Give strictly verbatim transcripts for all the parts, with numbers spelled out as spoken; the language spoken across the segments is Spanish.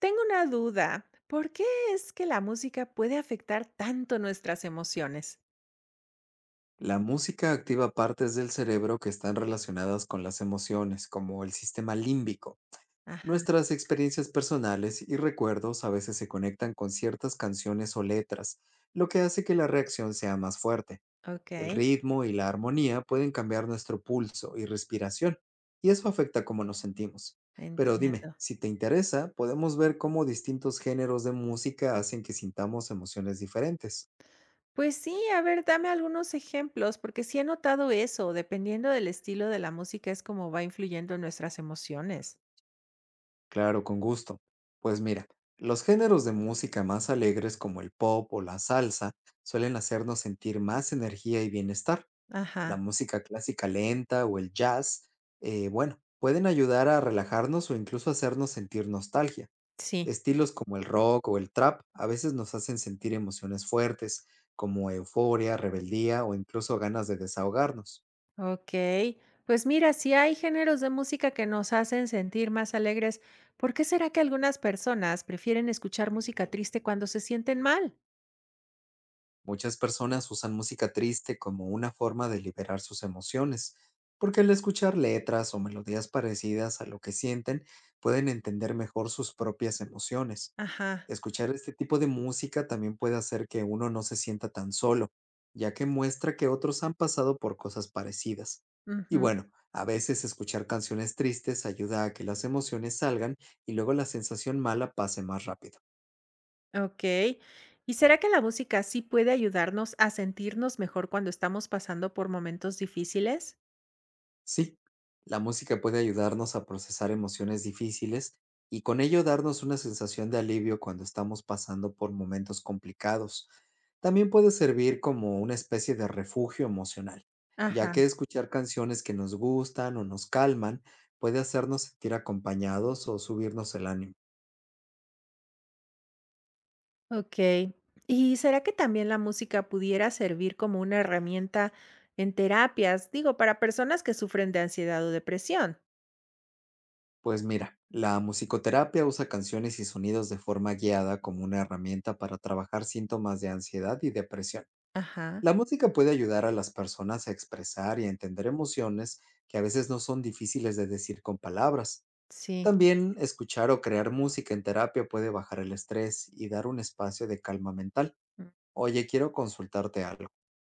Tengo una duda. ¿Por qué es que la música puede afectar tanto nuestras emociones? La música activa partes del cerebro que están relacionadas con las emociones, como el sistema límbico. Ajá, Nuestras experiencias personales y recuerdos a veces se conectan con ciertas canciones o letras, lo que hace que la reacción sea más fuerte. ok, El ritmo y la armonía pueden cambiar nuestro pulso y respiración, y eso afecta cómo nos sentimos. Pero dime, entiendo. si te interesa, podemos ver cómo distintos géneros de música hacen que sintamos emociones diferentes. Pues sí, a ver, dame algunos ejemplos, porque sí he notado eso, dependiendo del estilo de la música es como va influyendo en nuestras emociones. Claro, con gusto. Pues mira, los géneros de música más alegres como el pop o la salsa suelen hacernos sentir más energía y bienestar. La Ajá, música clásica lenta o el jazz, eh, bueno, pueden ayudar a relajarnos o incluso hacernos sentir nostalgia. sí, Estilos como el rock o el trap a veces nos hacen sentir emociones fuertes, como euforia, rebeldía o incluso ganas de desahogarnos. ok. Pues mira, si hay géneros de música que nos hacen sentir más alegres, ¿por qué será que algunas personas prefieren escuchar música triste cuando se sienten mal? Muchas personas usan música triste como una forma de liberar sus emociones, porque al escuchar letras o melodías parecidas a lo que sienten, pueden entender mejor sus propias emociones. Ajá. Escuchar este tipo de música también puede hacer que uno no se sienta tan solo, ya que muestra que otros han pasado por cosas parecidas. Y Ujú. bueno, a veces escuchar canciones tristes ayuda a que las emociones salgan y luego la sensación mala pase más rápido. Okey. ¿Y será que la música sí puede ayudarnos a sentirnos mejor cuando estamos pasando por momentos difíciles? Sí, la música puede ayudarnos a procesar emociones difíciles y con ello darnos una sensación de alivio cuando estamos pasando por momentos complicados. También puede servir como una especie de refugio emocional, ya Ajá, que escuchar canciones que nos gustan o nos calman puede hacernos sentir acompañados o subirnos el ánimo. okey. ¿Y será que también la música pudiera servir como una herramienta en terapias? Digo, para personas que sufren de ansiedad o depresión. Pues mira, la musicoterapia usa canciones y sonidos de forma guiada como una herramienta para trabajar síntomas de ansiedad y depresión. Ajá, La música puede ayudar a las personas a expresar y a entender emociones que a veces no son difíciles de decir con palabras. sí. También escuchar o crear música en terapia puede bajar el estrés y dar un espacio de calma mental. Oye, quiero consultarte algo.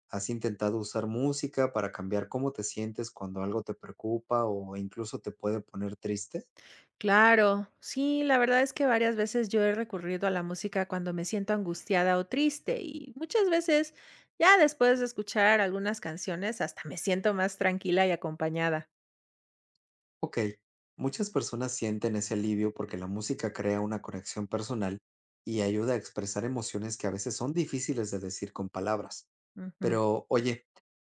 ¿Has intentado usar música para cambiar cómo te sientes cuando algo te preocupa o incluso te puede poner triste? Claro, sí, la verdad es que varias veces yo he recurrido a la música cuando me siento angustiada o triste y muchas veces ya después de escuchar algunas canciones hasta me siento más tranquila y acompañada. Ok, muchas personas sienten ese alivio porque la música crea una conexión personal y ayuda a expresar emociones que a veces son difíciles de decir con palabras. Ujú. Pero, oye,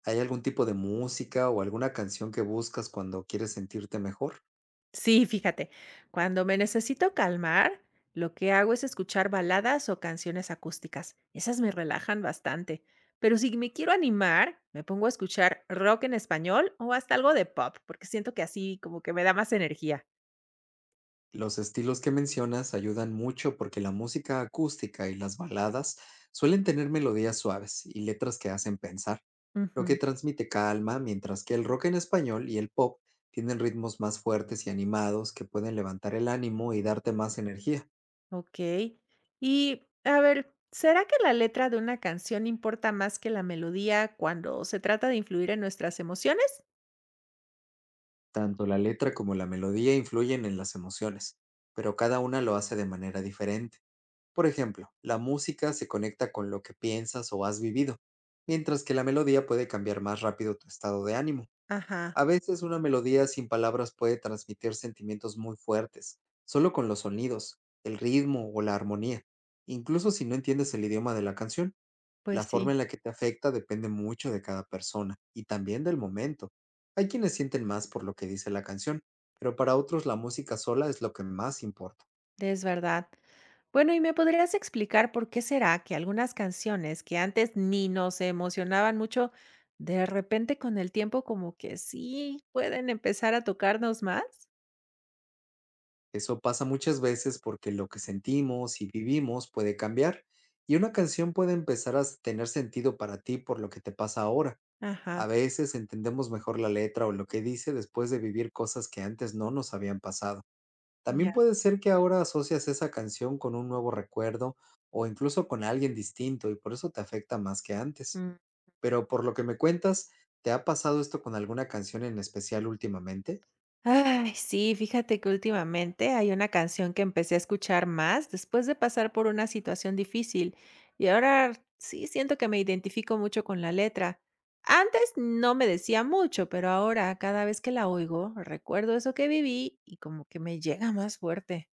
¿hay algún tipo de música o alguna canción que buscas cuando quieres sentirte mejor? Sí, fíjate, cuando me necesito calmar, lo que hago es escuchar baladas o canciones acústicas. Esas me relajan bastante. Pero si me quiero animar, me pongo a escuchar rock en español o hasta algo de pop, porque siento que así como que me da más energía. Los estilos que mencionas ayudan mucho porque la música acústica y las baladas suelen tener melodías suaves y letras que hacen pensar, lo que transmite calma, mientras que el rock en español y el pop tienen ritmos más fuertes y animados que pueden levantar el ánimo y darte más energía. Okey. Y, a ver, ¿será que la letra de una canción importa más que la melodía cuando se trata de influir en nuestras emociones? Tanto la letra como la melodía influyen en las emociones, pero cada una lo hace de manera diferente. Por ejemplo, la música se conecta con lo que piensas o has vivido, mientras que la melodía puede cambiar más rápido tu estado de ánimo. Ajá, A veces una melodía sin palabras puede transmitir sentimientos muy fuertes, solo con los sonidos, el ritmo o la armonía. Incluso si no entiendes el idioma de la canción, pues la sí, forma en la que te afecta depende mucho de cada persona y también del momento. Hay quienes sienten más por lo que dice la canción, pero para otros la música sola es lo que más importa. es verdad. Bueno, ¿y me podrías explicar por qué será que algunas canciones que antes ni nos emocionaban mucho, de repente con el tiempo como que sí pueden empezar a tocarnos más? Eso pasa muchas veces porque lo que sentimos y vivimos puede cambiar y una canción puede empezar a tener sentido para ti por lo que te pasa ahora. A Ajá. veces entendemos mejor la letra o lo que dice después de vivir cosas que antes no nos habían pasado. Ya. También puede ser que ahora asocias esa canción con un nuevo recuerdo o incluso con alguien distinto y por eso te afecta más que antes. Pero por lo que me cuentas, ¿te ha pasado esto con alguna canción en especial últimamente? Ay, sí, fíjate que últimamente hay una canción que empecé a escuchar más después de pasar por una situación difícil y ahora sí siento que me identifico mucho con la letra. Antes no me decía mucho, pero ahora cada vez que la oigo recuerdo eso que viví y como que me llega más fuerte.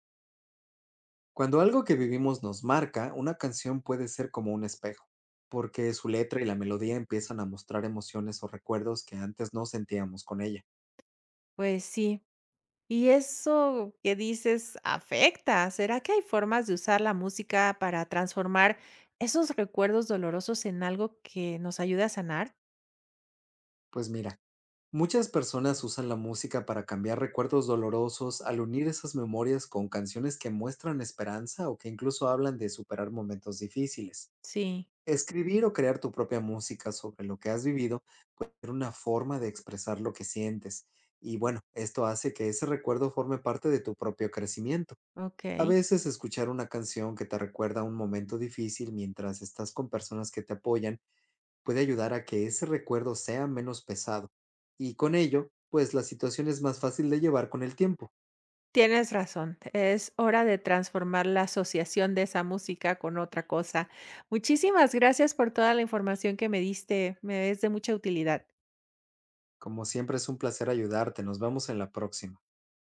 Cuando algo que vivimos nos marca, una canción puede ser como un espejo, porque su letra y la melodía empiezan a mostrar emociones o recuerdos que antes no sentíamos con ella. Pues sí, y eso que dices afecta. ¿Será que hay formas de usar la música para transformar esos recuerdos dolorosos en algo que nos ayude a sanar? Pues mira, muchas personas usan la música para cambiar recuerdos dolorosos al unir esas memorias con canciones que muestran esperanza o que incluso hablan de superar momentos difíciles. Sí. Escribir o crear tu propia música sobre lo que has vivido puede ser una forma de expresar lo que sientes. Y bueno, esto hace que ese recuerdo forme parte de tu propio crecimiento. A Okey. veces escuchar una canción que te recuerda un momento difícil mientras estás con personas que te apoyan puede ayudar a que ese recuerdo sea menos pesado. Y con ello, pues la situación es más fácil de llevar con el tiempo. Tienes razón, es hora de transformar la asociación de esa música con otra cosa. Muchísimas gracias por toda la información que me diste, me es de mucha utilidad. Como siempre es un placer ayudarte. Nos vemos en la próxima.